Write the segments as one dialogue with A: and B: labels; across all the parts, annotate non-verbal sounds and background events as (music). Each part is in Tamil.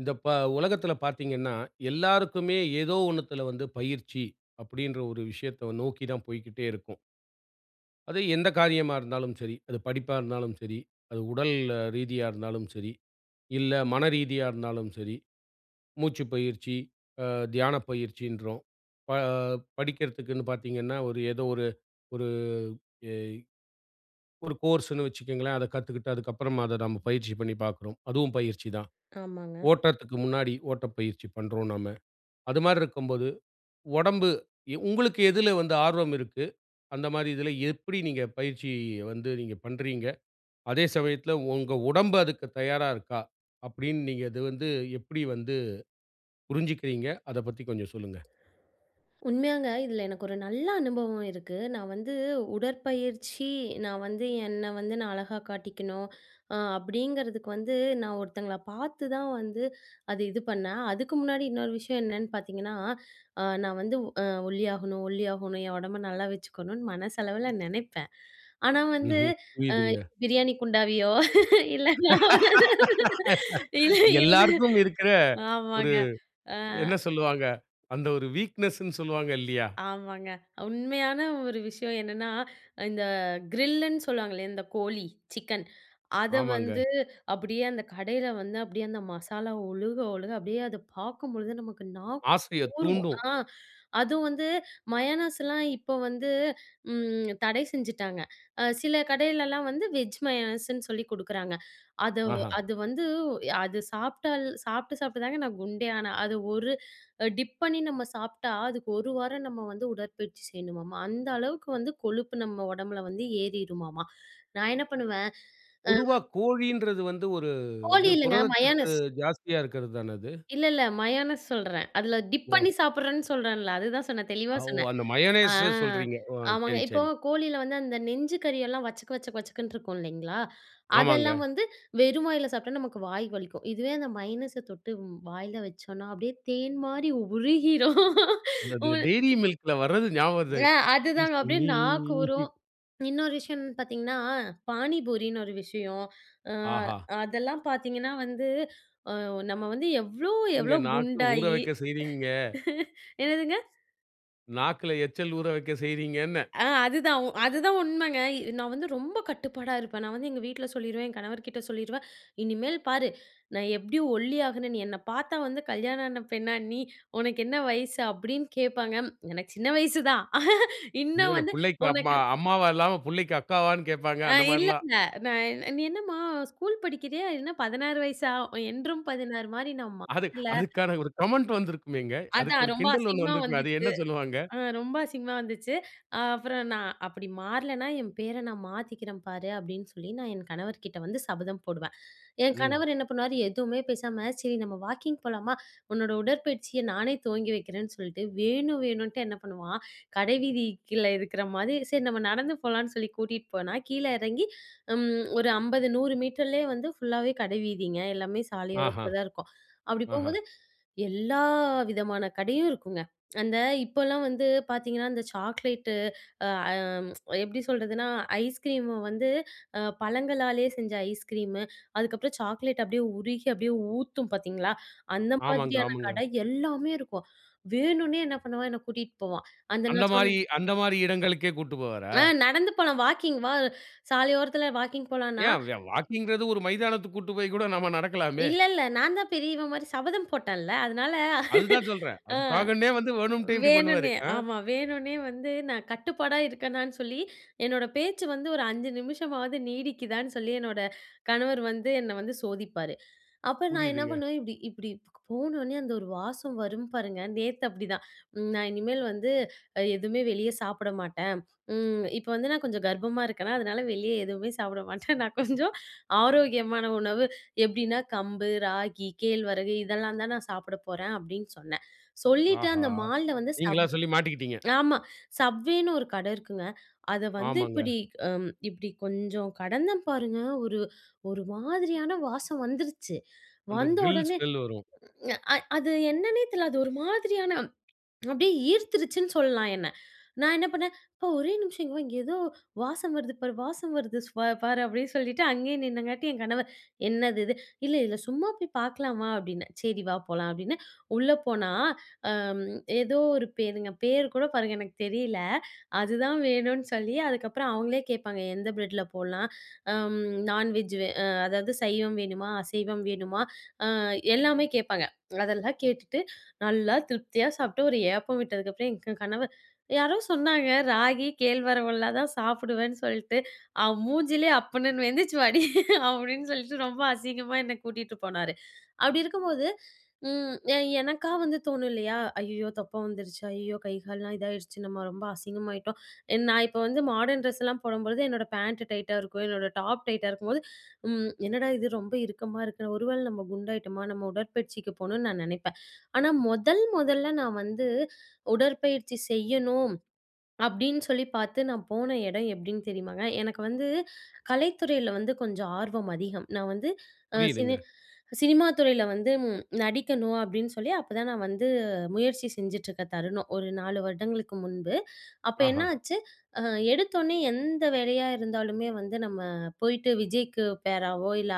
A: இந்த உலகத்துல பார்த்தீங்கன்னா, எல்லாருக்குமே ஏதோ ஒண்ணுத்துல வந்து பயிற்சி அப்படின்ற ஒரு விஷயத்த நோக்கி தான் போய்க்கிட்டே இருக்கும். அது எந்த காரியமா இருந்தாலும் சரி, அது படிப்பா இருந்தாலும் சரி, அது உடல் ரீதியா இருந்தாலும் சரி, இல்ல மன ரீதியா இருந்தாலும் சரி, மூச்சு பயிற்சி, அ தியான பயிற்சின்றோம். ப படிக்கிறதுக்குன்னு பார்த்தீங்கன்னா, ஒரு ஏதோ ஒரு ஒரு எ ஒரு கோர்ஸ்ன்னு வச்சுக்கங்களேன். அத கத்துக்கிட்டு அதுக்கப்புறமா அத நம்ம பயிற்சி பண்ணி பார்க்குறோம். அதுவும் பயிற்சி தான்.
B: ஆமாங்க.
A: ஓட்டத்துக்கு முன்னாடி ஓட்டப்பயிற்சி பண்றோம் நாம. அது மாரி இருக்கும்போது, உடம்பு உங்களுக்கு எதுல வந்து ஆர்வம் இருக்கு? அந்த மாரி இதுல எப்படி நீங்க பயிற்சி வந்து நீங்க பண்றீங்க? அதே சமயத்துல உங்க உடம்பு அதுக்கு தயாரா இருக்கா? அப்படின்னு நீங்க இது வந்து எப்படி வந்து புரிஞ்சுக்கிறீங்க? அத பத்தி கொஞ்சம் சொல்லுங்க.
B: உண்மையாங்க இதுல எனக்கு ஒரு நல்ல அனுபவம் இருக்கு. நான் வந்து உடற்பயிற்சி நான் வந்து என்ன வந்து நான் அழகா காட்டிக்கணும், அப்படிங்கிறதுக்கு வந்து நான் ஒருத்தங்கள பார்த்து தான் வந்து அது இது பண்ணேன். அதுக்கு முன்னாடி இன்னொரு விஷயம் என்னன்னு பார்த்தீங்கன்னா, நான் வந்து ஒல்லியாகணும், ஒல்லியாகணும், என் உடம்ப நல்லா வச்சுக்கணும்னு மனசளவுல நெனைப்பேன். ஆனா வந்து
A: ம்ஹ்ம். புரியுதுங்க.
B: பிரியாணி குண்டாவியோ (laughs) இல்ல நான் இல்ல, இல்ல.
A: எல்லாருக்கும் இருக்கிற ஒரு
B: ஆமாங்க. அ
A: என்ன சொல்லுவாங்க? அந்த ஒரு வீக்னஸ்ன்னு சொல்லுவாங்க இல்லையா?
B: ஆமாங்க. உண்மையான ஒரு விஷயம் என்னன்னா, இந்த கிரில்லுன்னு சொல்லுவாங்களே, இந்த கோழி, சிக்கன். அத
A: ஆமாங்க.
B: வந்து அப்படியே அந்த கடையில வந்து அப்படியே அந்த மசாலா ஒழுக, ஒழுக அப்படியே அத பார்க்கும்பொழுது நமக்கு நா
A: ஆசைய
B: ஊறும்.
A: தூண்டும்.
B: ஆ அதுவும் வந்து மயோனைஸ்லாம் இப்போ வந்து தடை செஞ்சுட்டாங்க. சில கடையிலலாம் வந்து வெஜ் மயோனைஸ்ன்னு சொல்லி குடுக்குறாங்க. அது
A: ஆஹா.
B: அது வந்து அது சாப்பிட்டால் சாப்பிட்டு சாப்பிட்டு தாங்க நான் குண்டே ஆனேன். அது ஒரு டிப் பண்ணி நம்ம சாப்பிட்டா, அதுக்கு 1 வாரம் நம்ம வந்து உடற்பயிற்சி செய்யணுமாமா. அந்த அளவுக்கு வந்து கொழுப்பு நம்ம உடம்புல வந்து ஏறிருமாமா. நான் என்ன பண்ணுவேன், அ
A: பொதுவா கோழின்றது வந்து ஒரு
B: போலி
A: இது
B: இல்லங்க
A: புரதச்சத்து
B: மயோனைஸ்.
A: ஜாஸ்தியா இருக்கிறது தான அது?
B: இல்ல, இல்ல மயோனைஸ் சொல்றேன். அதில டிப்
A: ஓ!
B: பண்ணி சாப்பிடுறேன்னு சொல்றேன்ல. அதுதான் சொன்னேன். தெளிவா
A: ஓ!
B: சொன்னேன்.
A: அந்த
B: ஆ
A: மயோனைஸ் சொல்றீங்க. ஓ!
B: ஆமாங்க.
A: சரி,
B: இப்போ
A: சரி.
B: கோழில வந்து அந்த நெஞ்சு கறியெல்லாம் வச்சக்கு வச்சக்கு வச்சக்குன்னு இருக்கும் இல்லைங்களா?
A: ஆமாங்க.
B: அதெல்லாம் வந்து வெறும் வாயில சாப்பிட்டா நமக்கு வாய் வலிக்கும். இதுவே அந்த மைனஸ தொட்டு வாயில வச்சோம்னா, அப்படியே தேன் மாரி உருகிரும்.
A: அந்த
B: உ
A: டெய்ரி மில்க்ல வர்றது ஞாபகம் வருது.
B: அ அதுதாங்க
A: கிஸ்
B: அப்படியே
A: மீ.
B: நாக்கு ஊரும். இன்னொரு விஷயம் என்னன்னு பார்த்தீங்கன்னா, பானிபூரின்னு ஒரு விஷயம். அ
A: ஆஹா!
B: அதெல்லாம் பார்த்தீங்கன்னா வந்து, அ நம்ம வந்து எவ்ளோ
A: நீங்க
B: எவ்ளோ
A: நாக்கு ஊற
B: குண்டாயி
A: வைக்க செய்றீங்க.
B: (laughs) என்னதுங்க?
A: நாக்குல எச்சல் ஊற வைக்க செய்றீங்கன்னேன்.
B: அதுதான். அதுதான் உண்மைங்க. நான் வந்து ரொம்ப கட்டுப்பாடா இருப்பேன். நான் வந்து எங்க வீட்ல சொல்லிருவேன். என் கணவர்கிட்ட சொல்லிருவேன். "இனிமேல் பாரு, நான் எப்படி ஒல்லியாகுறேன், நீ என்ன பார்த்தா வந்து கல்யாணம் ஆன பெண்ணா நீ? உனக்கு என்ன வயசு?" அப்படின்னு கேட்பாங்க. எனக்கு சின்ன வயசு தான். (laughs)
A: இல்ல,
B: இன்னும்
A: இல்ல
B: வந்து
A: புள்ளைக்கு
B: உனக்கு
A: அம்மா அம்மாவா இல்லாம புள்ளைக்கு அக்காவான்னு கேட்பாங்க. அந்த மாரிலாம்.
B: இல்லல்ல. நான் என்ன- "நீ என்னம்மா ஸ்கூல் படிக்கிறியா? என்ன 16 வயசா? என்றும் 16 மாரி நான்
A: அது
B: மாறல."
A: அதுக்கான ஒரு கமெண்ட் வந்திருக்குமேங்க. அதுக்கு
B: அதான்
A: ஒரு
B: ரொம்ப
A: கிண்டல் ஒண்ணு
B: அசிங்கமா
A: வந்திருக்குமே. அது
B: வந்துச்சு.
A: என்ன சொல்லுவாங்க?
B: ரொம்ப அசிங்கமா வந்துச்சு. அப்புறம் நான் "அப்படி மாறலன்னா, என் பேர நான் மாத்திக்கிறேன் பாரு" அப்படின்னு சொல்லி நான் என் கணவர்கிட்ட வந்து சபதம் போடுவேன். என்
A: ம்.
B: கணவர் என்ன பண்ணுவாரு, எதுவுமே பேசாம, "சரி நம்ம வாக்கிங் போலாமா? உன்னோட உடற்பயிற்சிய நானே துவங்கி வைக்கிறேன்னு" சொல்லிட்டு வேணும் வேணுன்ட்டு என்ன பண்ணுவான், கடைவீதிக்குள்ள இருக்கிற மாதிரி, சரி நம்ம நடந்து போலான்னு சொல்லி கூட்டிட்டு போனா, கீழ இறங்கி ம் ஒரு 50, 100 மீட்டர்லயே வந்து ஃபுல்லாவே கடைவீதிங்க. எல்லாமே
A: ஆஹா!
B: சாலையோரத்துல தான் இருக்கும். அப்படி
A: ஆஹா!
B: போம்போது எல்லா விதமான கடையும் இருக்குங்க. அந்த இப்போலாம் வந்து பார்த்தீங்கன்னா, அந்த சாக்லேட்டு அ அம் எப்படி சொல்றதுன்னா, ஐஸ்கிரீம் வந்து பழங்களாலே செஞ்ச ஐஸ்கிரீமு, அதுக்கப்புறம் சாக்லேட் அப்படியே உருகி அப்படியே ஊத்தும் பார்த்தீங்களா? அந்த
A: ஆமாங்க,
B: மாதிரியான
A: ஆமாங்க.
B: கடை எல்லாமே இருக்கும். வேணும்னே என்ன பண்ணுவான், என்ன கூட்டிட்டு போவான். அந்த
A: அந்த
B: நான்
A: மாரி
B: சொன்னேன்,
A: அந்த மாரி இடங்களுக்கே கூட்டு போவாரா?
B: நடந்து போலாம் வாக்கிங் வா சாலையோரத்தில வாக்கிங் போலான்னா"
A: ஏன் வாக்கிங்ன்றது ஒரு மைதானத்துக்கு கூட்டு போய் கூட நம்ம நடக்கலாமே!
B: இல்ல, இல்ல நான் தான் பெரியவன் மாரி சபதம் போட்டேன்ல, அதனால
A: அதுதான்
B: (laughs)
A: சொல்றேன்.
B: ஆ
A: அதுக்காகன்னே வந்து வேணும்ட்டே இப்படி பண்ணுவாரு.
B: வேணும்னே.
A: ஆ,
B: ஆமா. வேணும்னே வந்து நான் கட்டுப்பாடா இருக்கேனான்னு சொல்லி, என்னோட பேச்சு வந்து ஒரு 5 நிமிஷமாவது நீடிக்குதான்னு சொல்லி என்னோட கணவர் வந்து என்ன வந்து சோதிப்பாரு. அப்ப நான் என்ன
A: புரியுதுங்க.
B: பண்ணுவேன், இப்டி இப்டி போனோனே அந்த ஒரு வாசம் வரும் பாருங்க. நேத்து அப்டிதான். நான் இனிமேல் வந்து எதுவுமே வெளிய சாப்பிட மாட்டேன். இப்ப வந்து நான் கொஞ்சம் கர்ப்பமா இருக்கேனா, அதனால வெளிய எதுவுமே சாப்பிட மாட்டேன். நான் கொஞ்சம் ஆரோக்கியமான உணவு எப்டின்னா, கம்பு, ராகி, கேழ்வரகு இதெல்லாம் தான் நான் சாப்பிட போறேன் அப்டின்னு சொன்னேன். சொல்லிட்டு
A: ஆஹா!
B: அந்த மால்ல வந்து
A: நீங்களா
B: சப்
A: சொல்லி மாட்டிக்கிட்டீங்க.
B: ஆமா. சப்வேன்னு ஒரு கடை இருக்குங்க. அத வந்து
A: ஆமாங்க.
B: இப்டி இப்டி கொஞ்சம் கடந்தேன் பாருங்க. ஒரு ஒரு மாதிரியான வாசம் வந்துருச்சு.
A: அந்த
B: வந்த
A: கிரில்
B: உடனே
A: ஸ்மெல் வரும்.
B: அ அ- அது என்னன்னே தெரியல. அது ஒரு மாதிரியான அப்படியே ஈர்த்துருச்சுன்னு சொல்லலாம் என்ன. நான் என்ன பண்ணேன், "அப்பா ஒரே நிமிஷம் இங்க வா, இங்க ஏதோ வாசம் வருது பாரு, வாசம் வருது ஸ் பா பாரு" அப்படின்னு சொல்லிட்டு அங்கேயே நின்னங்காட்டி என் கணவர், "என்னது இது?" "இல்ல இல்ல சும்மா போய் பார்க்கலாமா" அப்படின்னேன். "சரி வா போலாம்" அப்படின்னு உள்ள போனா, அம் ஏதோ ஒரு பேருங்க, பேர் கூட பாருங்க எனக்கு தெரியல. அதுதான் வேணும்னு சொல்லி அதுக்கப்புறம் அவங்களே கேட்பாங்க, "எந்த பிரெட்ல போடலாம்? அம் நான்வெஜ் வே அ அதாவது சைவம் வேணுமா? அசைவம் வேணுமா? எல்லாமே கேட்பாங்க. அதெல்லாம் கேட்டுட்டு நல்லா திருப்தியா சாப்பிட்டு ஒரு ஏப்பம் விட்டதுக்கப்புறம் எங்க கணவர், யாரோ சொன்னாங்க ராகி, கேழ்வரகுலாம் தான் சாப்பிடுவேன்னு சொல்லிட்டு, அவன் மூஞ்சிலே அப்புட்ன்னு "எந்திரிச்சு வாடி" (laughs) அப்படின்னு சொல்லிட்டு ரொம்ப அசிங்கமா என்ன கூட்டிட்டு போனாரு. அப்படி இருக்கும்போது, ம் எ எனக்கா வந்து தோணும் இல்லையா? "ஐயய்யோ! தப்பா வந்துருச்சு. ஐயய்யோ! கை கால்லாம் இதாயிடுச்சு. நம்ம ரொம்ப அசிங்கமாயிட்டோம்." நான் இப்போ வந்து மாடர்ன் ட்ரெஸ்லாம் போடும்பொழுது என்னோட பேண்ட் டைட்டா இருக்கும். என்னோட டாப் டைட்டா இருக்கும்போது என்னடா இது ரொம்ப இறுக்கமா இருக்கு. ஒருவேளை நம்ம குண்டாயிட்டோமா? நம்ம உடற்பயிற்சிக்கு போணும்னு நான் நினைப்பேன். ஆனா முதல் முதல்ல நான் வந்து உடற்பயிற்சி செய்யணும். அப்படின்னு சொல்லி பார்த்து நான் போன இடம் எப்படின்னு தெரியுமாங்க? எனக்கு வந்து கலைத்துறையில வந்து கொஞ்சம் ஆர்வம் அதிகம். நான் வந்து அ
A: புரியுதுங்க.
B: சினி சினிமா துறையில வந்து நடிக்கணும் அப்படின்னு சொல்லி அப்பதான் நான் வந்து முயற்சி செஞ்சுட்டுருக்க தருணம். ஒரு 4 வருடங்களுக்கு முன்பு. அப்ப
A: ஆஹா!
B: என்ன ஆச்சு, அ எடுத்தோனே எந்த வேலையா இருந்தாலுமே வந்து நம்ம போயிட்டு விஜய்க்கு பேராவோ, இல்ல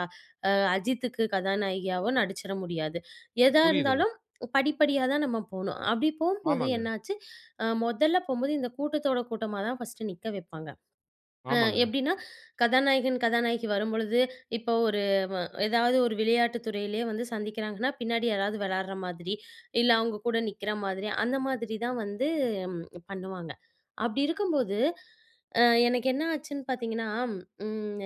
B: அஜித்துக்கு கதாநாயகியாவோ நடிச்சிட முடியாது. எதா
A: புரியுதுங்க.
B: இருந்தாலும் படிப்படியா தான் நம்ம போணும். அப்படி போம்போது
A: ஆமாங்க,
B: என்னாச்சு, மொதல்ல போம்போது இந்த கூட்டத்தோட கூட்டமா தான் ஃபர்ஸ்ட்டு நிக்க வைப்பாங்க. அ
A: ஆமாங்க.
B: எப்படின்னா, கதாநாயகன், கதாநாயகி வரும்பொழுது, இப்போ ஒரு வ ஏதாவது ஒரு விளையாட்டு துறையிலேயே வந்து சந்திக்கிறாங்கன்னா, பின்னாடி யாராவது விளையாடுற மாதிரி, இல்ல அவங்க கூட நிக்கிற மாதிரி, அந்த மாதிரி தான் வந்து ம் பண்ணுவாங்க. அப்படி இருக்கும்போது, எனக்கு என்ன ஆச்சுன்னு பார்த்தீங்கன்னா, ம்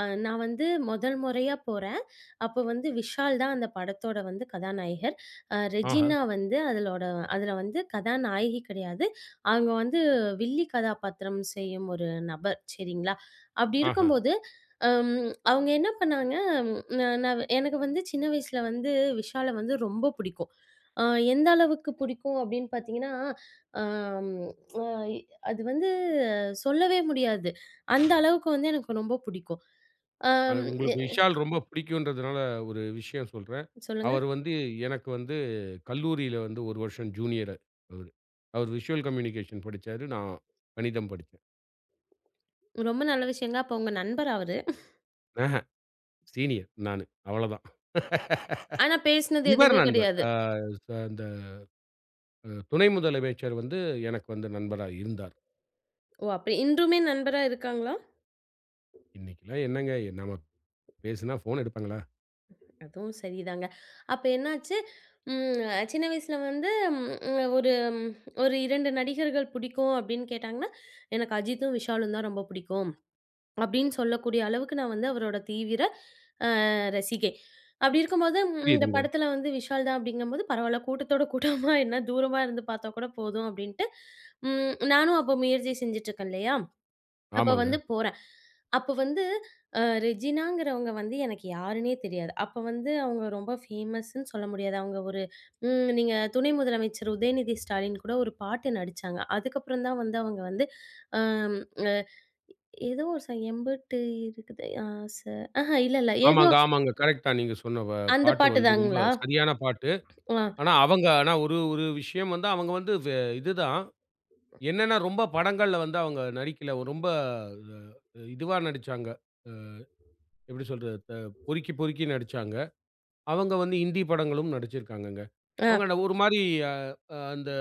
B: அ நான் வந்து முதல் முறையா போறேன். அப்போ வந்து விஷால் தான் அந்த படத்தோட வந்து கதாநாயகர்.
A: ஆஹா!
B: ரெஜினா வந்து அதலோட அதுல வந்து கதாநாயகி கிடையாது. அவங்க வந்து வில்லி கதாபாத்திரம் செய்யும் ஒரு நபர் சரிங்களா? அப்படி
A: ஆஹா!
B: இருக்கும்போது, அம் அவங்க என்ன பண்ணாங்க, ந நான் நான் எனக்கு வந்து சின்ன வயசுல வந்து விஷால வந்து ரொம்ப பிடிக்கும். அ எந்த அளவுக்கு பிடிக்கும் அப்படின்னு பார்த்தீங்கன்னா, அம் அ அது வந்து சொல்லவே முடியாது. அந்த அளவுக்கு வந்து எனக்கு ரொம்ப பிடிக்கும். அம் எ
A: உங்களுக்கு விஷால் ரொம்ப பிடிக்குன்றதுனால ஒரு விஷயம் சொல்றேன்.
B: சொல்லுங்க.
A: அவர் வந்து எனக்கு வந்து கல்லூரியில வந்து 1 வருஷம் ஜூனியரு அவரு. அவர் விஷுவல் கம்யூனிகேஷன் படிச்சாரு. நான் கணிதம் படிச்சேன்.
B: ரொம்ப நல்ல விஷயங்க. அப்ப உங்க நண்பரா அவரு?
A: ஆஹ சீனியர் நானு. அவ்வளதான்.
B: ஆனா பேசினது
A: இவர்
B: எதுவுமே
A: நண்பர்.
B: கிடையாது.
A: அ ச அந்த துணை முதலமைச்சர் வந்து எனக்கு வந்து நண்பரா இருந்தார்.
B: ஓ! அப்படி இன்றுமே நண்பரா இருக்காங்களா?
A: இன்னைக்கெல்லாம் என்னங்க நம்ம பேசினா ஃபோன் எடுப்பாங்களா?
B: அதுவும் சரிதாங்க. அப்ப என்னாச்சு, சின்ன வயசுல வந்து ம் ஒரு ஒரு 2 நடிகர்கள் பிடிக்கும் அப்படின்னு கேட்டாங்கன்னா, எனக்கு அஜித்தும், விஷாலும் தான் ரொம்ப பிடிக்கும். அப்படின்னு சொல்லக்கூடிய அளவுக்கு நான் வந்து அவரோட தீவிர ரசிகை. அப்படி இருக்கும்போது இந்த
A: புரியுதுங்க.
B: படத்துல வந்து விஷால் தான் அப்படிங்கும்போது, பரவால்ல கூட்டத்தோட கூட்டமா என்ன தூரமா இருந்து பார்த்தா கூட போதும் அப்படின்ட்டு, நானும் அப்போ முயற்சி செஞ்சுட்டு இருக்கேன் இல்லையா? அப்ப
A: ஆமாங்க.
B: வந்து போறேன். அப்ப வந்து ரெஜினாங்கிறவங்க வந்து எனக்கு யாருன்னே தெரியாது. அப்ப வந்து அவங்க ரொம்ப ஃபேமஸ்ன்னு சொல்ல முடியாது. அவங்க ஒரு நீங்க துணை முதலமைச்சர் உதயநிதி ஸ்டாலின் கூட ஒரு பாட்டு நடிச்சாங்க. அதுக்கப்புறம் தான் வந்து அவங்க வந்து அம் அ ஏதோ ஒரு "எம்புட்டு இருக்குது ஆச" ஆஹா இல்ல, இல்ல. ஏதோ
A: ஆமாங்க, ஆமாங்க. கரெக்ட்டா நீங்க சொன்ன
B: அந்த
A: பாட்டு
B: பாட்டு
A: வந்து ரொம்ப
B: தாங்களா?
A: சரியான பாட்டு.
B: ஆ,
A: ஆனா ஒரு ஒரு விஷயம் வந்து அவங்க வந்து இதுதான். என்னன்னா ரொம்ப படங்கள்ல வந்து அவங்க நடிக்கல. ரொம்ப இதுவா நடிச்சாங்க. எப்படி சொல்றது? பொறுக்கி பொறுக்கி நடிச்சாங்க. அவங்க வந்து ஹிந்தி படங்களும் நடிச்சிருக்காங்கங்க.
B: ஆ.
A: அவங்க அந்த ஒரு மாரி அ அந்த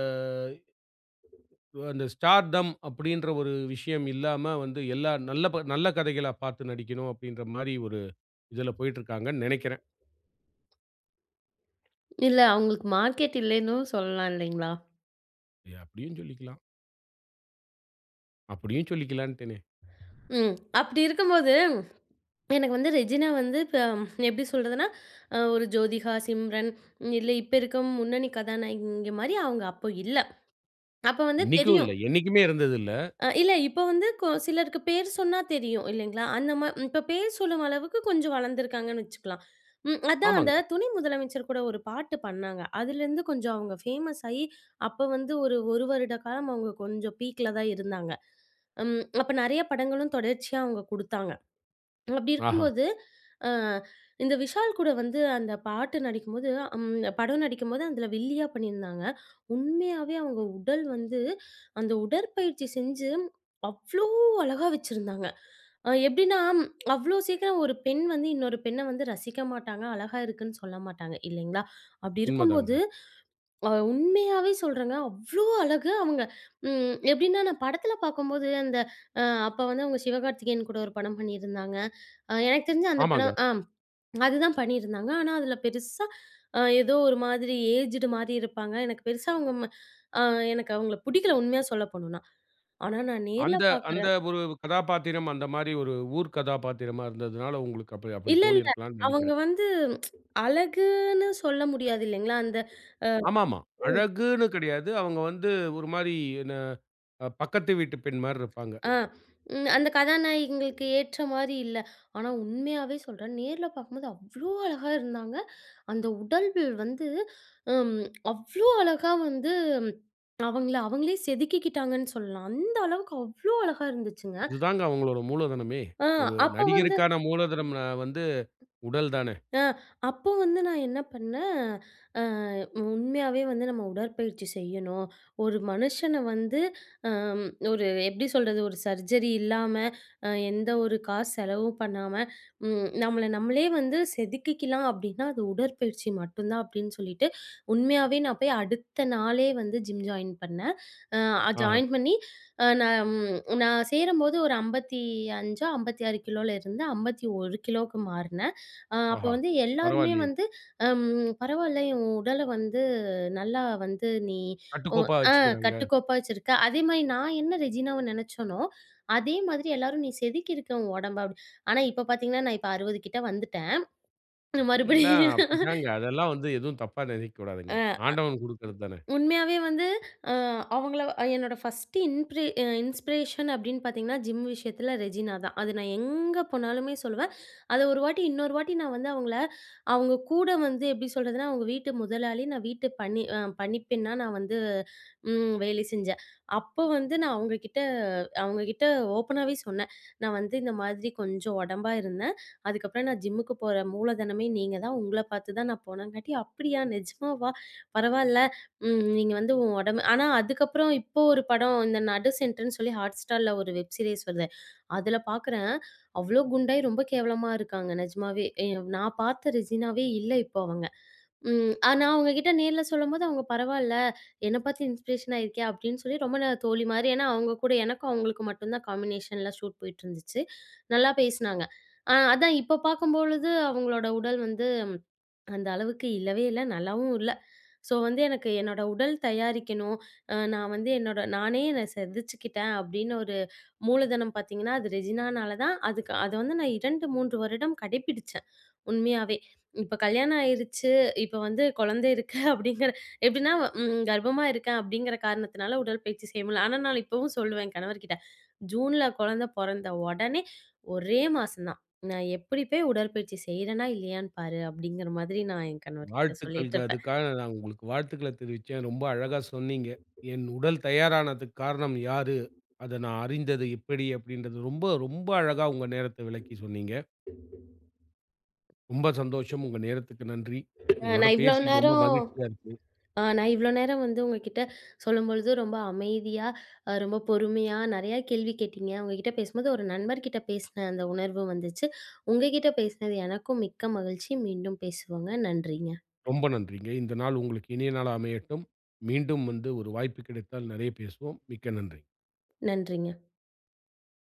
A: அந்த ஸ்டார்டம் அப்படின்ற ஒரு விஷயம் இல்லாம வந்து எல்லா நல்ல நல்ல கதைகளா பார்த்து நடிக்கணும் அப்படின்ற மாரி ஒரு இதுல போயிட்டுருக்காங்கன்னு நெனைக்கிறேன்.
B: இல்ல அவங்களுக்கு மார்க்கெட் இல்லன்னும் சொல்லலாம் இல்லைங்களா?
A: அப்படியும் சொல்லிக்கலாம். அப்படியும் சொல்லிக்கலான்ட்டேனே.
B: ம். அப்படி இருக்கும்போது எனக்கு வந்து ரெஜினா வந்து இப்ப எப்படி சொல்றதுன்னா, ஒரு ஜோதிகா, சிம்ரன் இல்ல இப்ப இருக்க முன்னணி கதாநாயகிங்க மாரி அவங்க அப்போ இல்ல. அப்ப வந்து
A: இன்னைக்கும்
B: தெரியும்.
A: இல்ல. என்னைக்குமே இருந்தது இல்ல.
B: இல்ல இப்ப வந்து சிலருக்கு பேர் சொன்னா தெரியும் இல்லைங்களா? அந்த மா இப்ப பேர் சொல்லும் அளவுக்கு கொஞ்சம் வளர்ந்துருக்காங்கன்னு வச்சுக்கலாம். அதான் அந்த
A: ஆமாங்க.
B: துணை முதலமைச்சர் கூட ஒரு பாட்டு பண்ணாங்க. அதுலேருந்து கொஞ்சம் அவங்க ஃபேமஸ் ஆயி, அப்ப வந்து ஒரு 1 வருட காலம் அவங்க கொஞ்சம் பீக்ல தான் இருந்தாங்க. அப்ப நெறைய படங்களும் தொடர்ச்சியா அவங்க குடுத்தாங்க. அப்படி
A: ஆஹா.
B: இருக்கும்போது, அ இந்த விஷால் கூட வந்து அந்த பாட்டு நடிக்கும்போது படம் நடிக்கும்போது அதில வில்லியா பண்ணியிருந்தாங்க. உண்மையாவே அவங்க உடல் வந்து அந்த உடற்பயிற்சி செஞ்சு அவ்ளோ அழகா வச்சிருந்தாங்க. எப்படின்னா, அவ்ளோ சீக்கிரம் ஒரு பெண் வந்து இன்னொரு பெண்ண வந்து ரசிக்க மாட்டாங்க, அழகா இருக்குன்னு சொல்ல மாட்டாங்க இல்லைங்களா? அப்படி இருக்கும்போது
A: உண்மதாங்க.
B: உண்மையாவே சொல்றேங்க, அவ்ளோ அழகு அவங்க எப்படின்னா நான் படத்தில பார்க்கும்போது அந்த அ அப்ப வந்து அவங்க சிவகார்த்திகேயன் கூட ஒரு படம் பண்ணியிருந்தாங்க. எனக்கு தெரிஞ்சு அந்த
A: ஆமாங்க.
B: படம் அதுதான் பண்ணியிருந்தாங்க. ஆனா, அதுல பெருசா ஏதோ ஒரு மாதிரி ஏஜ்டு மாரி இருப்பாங்க. எனக்கு பெருசா அவங்க ம அ எனக்கு அவங்கள பிடிக்கல உண்மையா சொல்ல போணும்னா. ஆனா, நான் நேர்ல
A: அந்த அந்த
B: பார்க்குறேன்
A: ஒரு கதாபாத்திரம் அந்த மாரி ஒரு ஊர் கதாபாத்திரமா இருந்ததுனால உங்களுக்கு அப்படி அப்படி
B: இல்ல, இல்ல.
A: தோணியிருக்கலாம்ன்னு
B: அவங்க
A: நெனைக்கிறேன்.
B: வந்து அழகுன்னு சொல்ல முடியாது இல்லைங்களா? அந்த
A: ஆமாமா. அழகுன்னு கிடையாது. அவங்க வந்து ஒரு மாரி என்ன பக்கத்து வீட்டு பெண் மாரி இருப்பாங்க.
B: ஆ ம் அந்த கதாநாயகிங்களுக்கு ஏற்ற மாரி இல்ல. ஆனா, உண்மையாவே சொல்றேன். நேர்ல பார்க்கும்போது அவ்ளோ அழகா இருந்தாங்க. அந்த உடல் வந்து அம், அவ்ளோ அழகா வந்து அவங்கள அவங்களே செதுக்கிக்கிட்டாங்கன்னு சொல்லலாம். அந்த அளவுக்கு அவ்ளோ அழகா இருந்துச்சுங்க.
A: இதுதாங்க அவங்களோட மூலதனமே.
B: அ
A: ஒரு
B: அப்ப வந்து
A: நடிகருக்கான மூலதனம் வந்து உடல் தானே.
B: அ அப்போ வந்து நான் என்ன பண்ணேன், அ உண்மையாவே வந்து நம்ம உடற்பயிற்சி செய்யணும். ஒரு மனுஷன வந்து அம் ஒரு எப்படி சொல்றது, ஒரு சர்ஜரி இல்லாம, எந்த ஒரு காசு செலவும் பண்ணாம, நம்மள நம்மளே வந்து செதுக்கிக்கலாம் அப்படின்னா, அது உடற்பயிற்சி மட்டும்தான் அப்படின்னு சொல்லிட்டு, உண்மையாவே நான் போய் அடுத்த நாளே வந்து ஜிம் ஜாயின் பண்ணேன்.
A: ஆஹா,
B: ஜாயின் பண்ணி நான் நான் சேரும்போது ஒரு 55 56 கிலோல இருந்து 51 கிலோவுக்கு மாறுனேன். அப்ப
A: ஆஹா!
B: வந்து எல்லாருமே
A: பரவாயில்லையே!
B: வந்து, அம் "பரவால்ல உன் உடல வந்து நல்லா வந்து நீ ஒ
A: கட்டுக்கோப்பா
B: ஆ
A: வச்சுக்கிறாங்க.
B: கட்டுக்கோப்பா வச்சிருக்க." அதேமாரி நான் என்ன ரெஜினாவ நெனச்சேனோ, அதே மாதிரி எல்லாரும் "நீ செதுக்கியிருக்க உன் உடம்ப" அப்டி. ஆனா இப்ப பாத்தீங்கன்னா, நான் இப்ப 60 கிட்ட வந்துட்டேன்.
A: இல்ல
B: மறுபடியும்
A: அப்படிதாங்க. அதெல்லாம் வந்து எதுவும் தப்பா நினைக்க கூடாதுங்க. ஆண்டவன் குடுக்கறது தானே.
B: உண்மையாவே வந்து அ அவங்கள என்னோட ஃபர்ஸ்ட் இன்ப்ரே அ இன்ஸ்பிரேஷன் அப்படின்னு பார்த்தீங்கன்னா, ஜிம் விஷயத்தில ரெஜினா தான். அது நான் எங்க போனாலுமே சொல்லுவேன். அத ஒரு வாட்டி இன்னொரு வாட்டி நான் வந்து அவங்கள அவங்க கூட வந்து எப்படி சொல்றதுன்னா, அவங்க வீட்டு முதலாளி, நான் வீட்டு பணி பணிப்பெண்ணா நான் வந்து வேலை செஞ்சேன். அப்போ வந்து நான் அவங்க கிட்ட அவங்க கிட்ட ஓப்பனாவே சொன்னேன். "நான் வந்து இந்த மாதிரி கொஞ்சம் உடம்பா இருந்தேன். அதுக்கப்புறம் நான் ஜிம்முக்கு போற மூலதனமே நீங்க தான். உங்கள பார்த்து தான் நான் போனங்காட்டி" "அப்படியா? நிஜமாவா? பரவால்ல. ம். நீங்க வந்து உன் உடம்பு ஆனா அதுக்கப்புறம் இப்போ ஒரு படம் இந்த நடு சென்டர்ன்னு சொல்லி Hotstarல ஒரு வெப் சீரிஸ் வருது. அதுல பார்க்குறேன். அவ்ளோ குண்டாயி ரொம்ப கேவலமா இருக்காங்க நிஜமாவே. நான் பார்த்த ரெஜினாவே இல்ல இப்போ அவங்க. ம். ஆனா அவங்க கிட்ட நேர்ல சொல்லும்போது அவங்க பரவால்ல. என்ன பார்த்து இன்ஸ்பிரேஷன் ஆயிருக்கியா அப்படின்னு சொல்லி ரொம்ப தோழி மாரி ஏன்னா அவங்க கூட எனக்கும் அவங்களுக்கும் மட்டும் தான் காம்பினேஷன்ல ஷூட் போயிட்டு இருந்துச்சு. நல்லா பேசினாங்க. அதான் இப்போ பார்க்கும்பொழுது அவங்களோட உடல் வந்து அந்த அளவுக்கு இல்லவே இல்ல. நல்லாவும் இல்ல. ஸோ வந்து எனக்கு என்னோட உடல் தயாரிக்கணும். நான் வந்து என்னோட நானே என்ன செதுச்சுக்கிட்டேன் அப்படின்னு ஒரு மூலதனம் பார்த்தீங்கன்னா, அது ரெஜினானால தான். அதுக்கு அத வந்து நான் 2, 3 வருடம் கடைப்பிடிச்சேன். உண்மையாவே. இப்ப கல்யாணம் ஆயிருச்சு. இப்ப வந்து குழந்தை இருக்கு (laughs) அப்படிங்கிற எப்படின்னா கர்ப்பமா இருக்கேன் அப்படிங்கிற காரணத்தினால உடற்பயிற்சி செய்ய முடியல. ஆனா நான் இப்பவும் சொல்லுவேன் என் கணவர்கிட்ட, "ஜூன்ல குழந்தை பொறந்த உடனே ஒரே மாசம் தான்." நான் எப்படி போய் உடற்பயிற்சி செய்றேனா இல்லையான்னு பாரு, அப்படிங்கிற மாதிரி நான் என் கணவர்கிட்ட
A: வாழ்த்துக்கள்ங்க.
B: சொல்லிட்டுருப்பேன்.
A: அதுக்காக நான் உங்களுக்கு வாழ்த்துக்கள தெரிவிச்சேன். ரொம்ப அழகா சொன்னீங்க. என் உடல் தயாரானதுக்கு காரணம் யாரு? அத நான் அறிந்தது எப்படி? அப்படின்றது ரொம்ப, ரொம்ப அழகா உங்க நேரத்த விலக்கி சொன்னீங்க. ரொம்ப சந்தோஷம். உங்க நேரத்துக்கு நன்றி.
B: அ
A: உங்களோட
B: நான் இவ்ளோ
A: பேசியது ரொம்ப
B: நேரம்
A: மகிழ்ச்சியா இருக்கு.
B: அ நான் இவ்ளோ நேரம் வந்து உங்ககிட்ட சொல்லும்பொழுது ரொம்ப அமைதியா, ரொம்ப பொறுமையா நெறையா கேள்வி கேட்டீங்க. உங்ககிட்ட பேசும்போது ஒரு நண்பர்கிட்ட பேசின அந்த உணர்வு வந்துச்சு. உங்ககிட்ட பேசினது எனக்கும் மிக்க மகிழ்ச்சி. மீண்டும் பேசுவோங்க. நன்றிங்க.
A: ரொம்ப நன்றிங்க. இந்த நாள் உங்களுக்கு இனிய நாளா அமையட்டும். மீண்டும் வந்து ஒரு வாய்ப்பு கிடைத்தால் நெறைய பேசுவோம். மிக்க நன்றி.
B: நன்றிங்க.